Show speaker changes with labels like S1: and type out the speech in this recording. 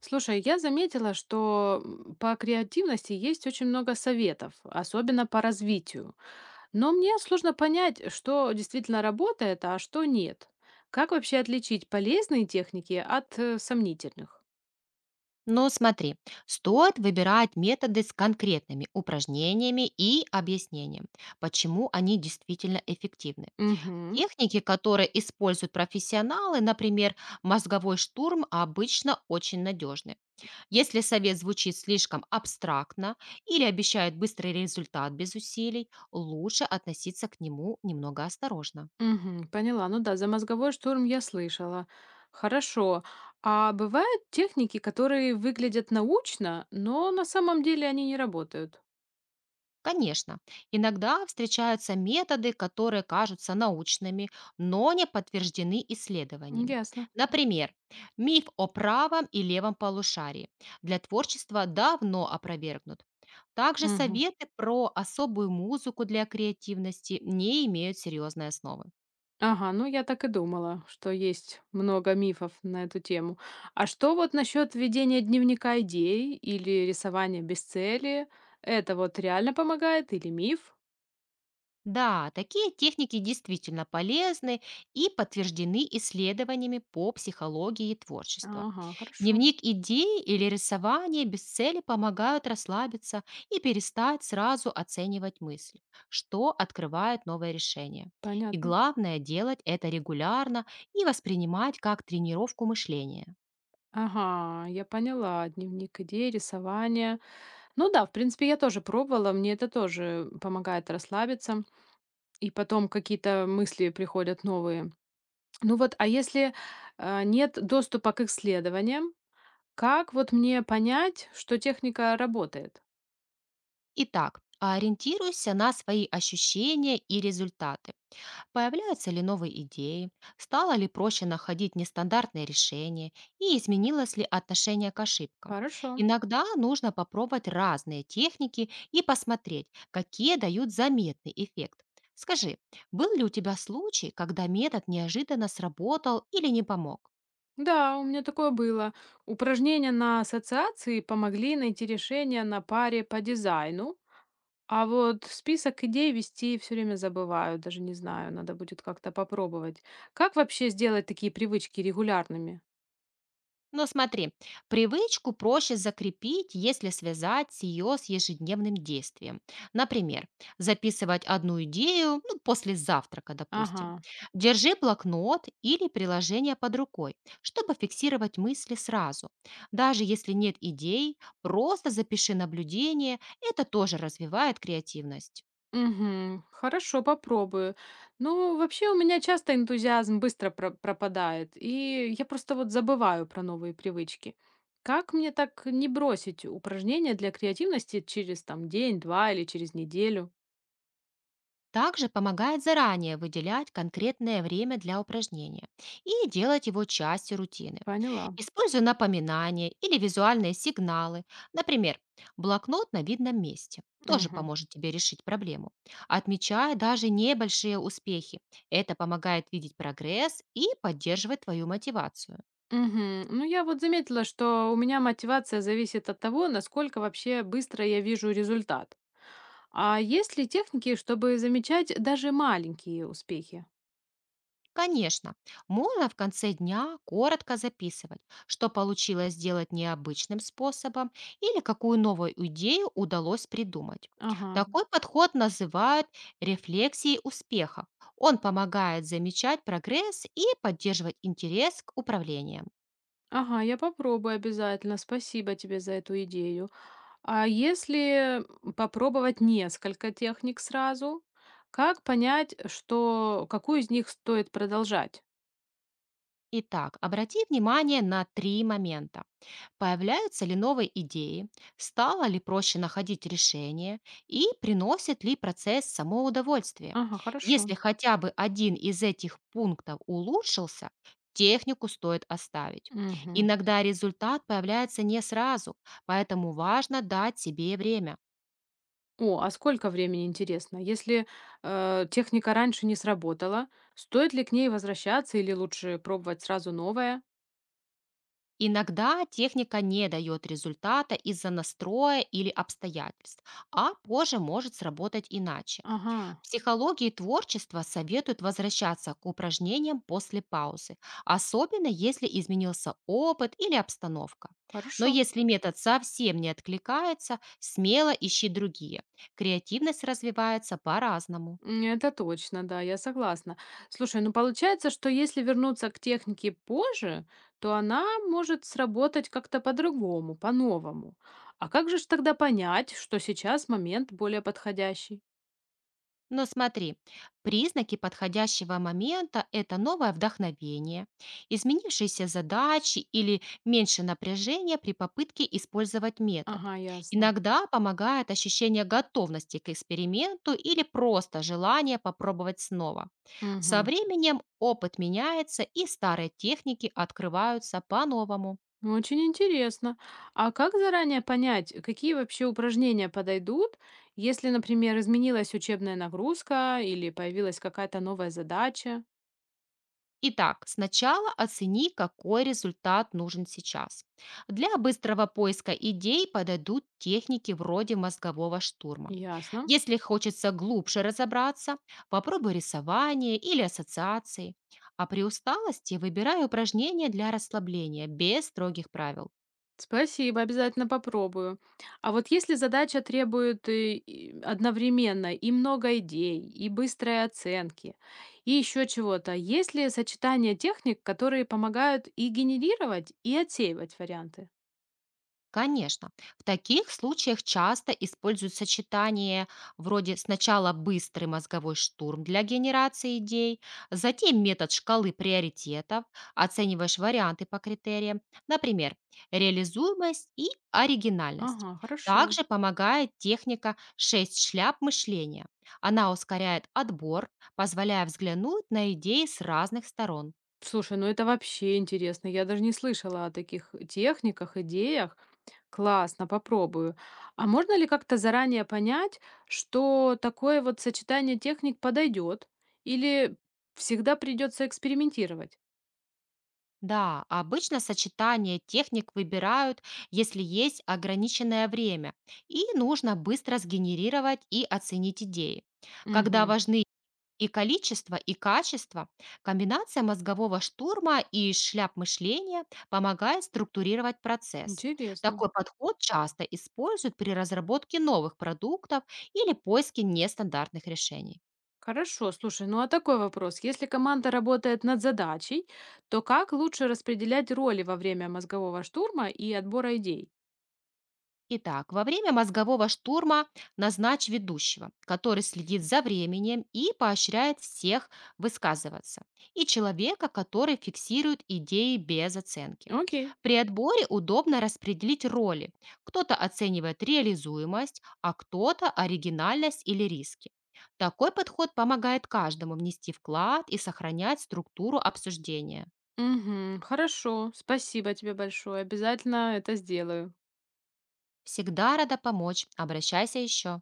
S1: Слушай, я заметила, что по креативности есть очень много советов, особенно по развитию. Но мне сложно понять, что действительно работает, а что нет. Как вообще отличить полезные техники от сомнительных?
S2: Но смотри, стоит выбирать методы с конкретными упражнениями и объяснением, почему они действительно эффективны.
S1: Угу,
S2: Техники, которые используют профессионалы, например, мозговой штурм, обычно очень надежны. Если совет звучит слишком абстрактно или обещает быстрый результат без усилий, лучше относиться к нему немного осторожно.
S1: угу, поняла. Ну да, за мозговой штурм я слышала. Хорошо. А бывают техники, которые выглядят научно, но на самом деле они не работают?
S2: Конечно, иногда встречаются методы, которые кажутся научными, но не подтверждены исследованиями.
S1: Ясно.
S2: Например, миф о правом и левом полушарии для творчества давно опровергнут. Также
S1: Мгм.
S2: советы про особую музыку для креативности не имеют серьезной основы.
S1: Ага, ну я так и думала, что есть много мифов на эту тему. А что вот насчет ведения дневника идей или рисования без цели? Это вот реально помогает или миф?
S2: Да, такие техники действительно полезны и подтверждены исследованиями по психологии творчества.
S1: Ага, хорошо,
S2: Дневник идей или рисование без цели помогают расслабиться и перестать сразу оценивать мысли, что открывает новое решение. И
S1: понятно.
S2: главное делать это регулярно и воспринимать как тренировку мышления.
S1: Ага, я поняла. Дневник идей, рисование. Ну да, в принципе, я тоже пробовала, мне это тоже помогает расслабиться. И потом какие-то мысли приходят новые. Ну вот, а если нет доступа к исследованиям, как вот мне понять, что техника работает?
S2: Итак, ориентируйся на свои ощущения и результаты. Появляются ли новые идеи? Стало ли проще находить нестандартные решения? И изменилось ли отношение к ошибкам?
S1: Хорошо.
S2: Иногда нужно попробовать разные техники и посмотреть, какие дают заметный эффект. Скажи, был ли у тебя случай, когда метод неожиданно сработал или не помог?
S1: Да, у меня такое было. Упражнения на ассоциации помогли найти решение на паре по дизайну, а вот список идей вести все время забываю, даже не знаю, надо будет как-то попробовать. Как вообще сделать такие привычки регулярными?
S2: Но смотри, привычку проще закрепить, если связать ее с ежедневным действием. Например, записывать одну идею ну, после завтрака, допустим.
S1: Ага.
S2: Держи блокнот или приложение под рукой, чтобы фиксировать мысли сразу. Даже если нет идей, просто запиши наблюдение, это тоже развивает креативность.
S1: Мгм. Хорошо, попробую. Ну, вообще у меня часто энтузиазм быстро пропадает, и я просто вот забываю про новые привычки. Как мне так не бросить упражнения для креативности через там день-два или через неделю?
S2: Также помогает заранее выделять конкретное время для упражнения и делать его частью рутины.
S1: Поняла.
S2: Используя напоминания или визуальные сигналы, например, блокнот на видном месте, тоже
S1: Мгм.
S2: поможет тебе решить проблему. Отмечая даже небольшие успехи, это помогает видеть прогресс и поддерживать твою мотивацию.
S1: Мгм. Ну, я вот заметила, что у меня мотивация зависит от того, насколько вообще быстро я вижу результат. А есть ли техники, чтобы замечать даже маленькие успехи?
S2: Конечно, можно в конце дня коротко записывать, что получилось сделать необычным способом или какую новую идею удалось придумать.
S1: Ага.
S2: Такой подход называют рефлексией успеха. Он помогает замечать прогресс и поддерживать интерес к управлениям.
S1: Ага, я попробую обязательно. Спасибо тебе за эту идею. А если попробовать несколько техник сразу, как понять, что какую из них стоит продолжать?
S2: Итак, обрати внимание на три момента. Появляются ли новые идеи, стало ли проще находить решение и приносит ли процесс само удовольствие.
S1: Ага, хорошо.
S2: Если хотя бы один из этих пунктов улучшился, технику стоит оставить.
S1: Мгм.
S2: Иногда результат появляется не сразу, поэтому важно дать себе время.
S1: О, а сколько времени интересно? Если техника раньше не сработала, стоит ли к ней возвращаться или лучше пробовать сразу новое?
S2: Иногда техника не дает результата из-за настроя или обстоятельств, а позже может сработать иначе.
S1: Ага,
S2: Психологии творчества советуют возвращаться к упражнениям после паузы, особенно если изменился опыт или обстановка. Но
S1: хорошо.
S2: если метод совсем не откликается, смело ищи другие. Креативность развивается по-разному.
S1: М, это точно, да, я согласна. Слушай, ну получается, что если вернуться к технике позже, то она может сработать как-то по-другому, по-новому. А как же ж тогда понять, что сейчас момент более подходящий?
S2: Но смотри, признаки подходящего момента– это новое вдохновение, изменившиеся задачи или меньше напряжения при попытке использовать метод.
S1: Ага, ясно.
S2: Иногда помогает ощущение готовности к эксперименту или просто желание попробовать снова. Со
S1: Мгм.
S2: временем опыт меняется и старые техники открываются по-новому.
S1: Ну, очень интересно. А как заранее понять, какие вообще упражнения подойдут, если, например, изменилась учебная нагрузка или появилась какая-то новая задача?
S2: Итак, сначала оцени, какой результат нужен сейчас. Для быстрого поиска идей подойдут техники вроде мозгового штурма.
S1: Ясно.
S2: Если хочется глубже разобраться, попробуй рисование или ассоциации. А при усталости выбирай упражнения для расслабления без строгих правил.
S1: Спасибо, обязательно попробую. А вот если задача требует и одновременно и много идей, и быстрой оценки, и еще чего-то, есть ли сочетание техник, которые помогают и генерировать, и отсеивать варианты?
S2: Конечно. В таких случаях часто используют сочетание вроде сначала быстрый мозговой штурм для генерации идей, затем метод шкалы приоритетов, оцениваешь варианты по критериям, например, реализуемость и оригинальность.
S1: Ага, хорошо.
S2: Также помогает техника 6 шляп мышления. Она ускоряет отбор, позволяя взглянуть на идеи с разных сторон.
S1: Слушай, ну это вообще интересно. Я даже не слышала о таких техниках, идеях. Классно, попробую. А можно ли как-то заранее понять, что такое вот сочетание техник подойдет? Или всегда придется экспериментировать?
S2: Да, обычно сочетание техник выбирают, если есть ограниченное время, и нужно быстро сгенерировать и оценить идеи. Когда
S1: Угу.
S2: важны и количество, и качество, комбинация мозгового штурма и шляп мышления помогает структурировать процесс.
S1: Интересно.
S2: Такой подход часто используют при разработке новых продуктов или поиске нестандартных решений.
S1: Хорошо, слушай, ну а такой вопрос. Если команда работает над задачей, то как лучше распределять роли во время мозгового штурма и отбора идей?
S2: Итак, во время мозгового штурма назначь ведущего, который следит за временем и поощряет всех высказываться, и человека, который фиксирует идеи без оценки.
S1: Окей.
S2: При отборе удобно распределить роли. Кто-то оценивает реализуемость, а кто-то оригинальность или риски. Такой подход помогает каждому внести вклад и сохранять структуру обсуждения.
S1: Мгм. Хорошо, спасибо тебе большое. Обязательно это сделаю.
S2: Всегда рада помочь. Обращайся еще.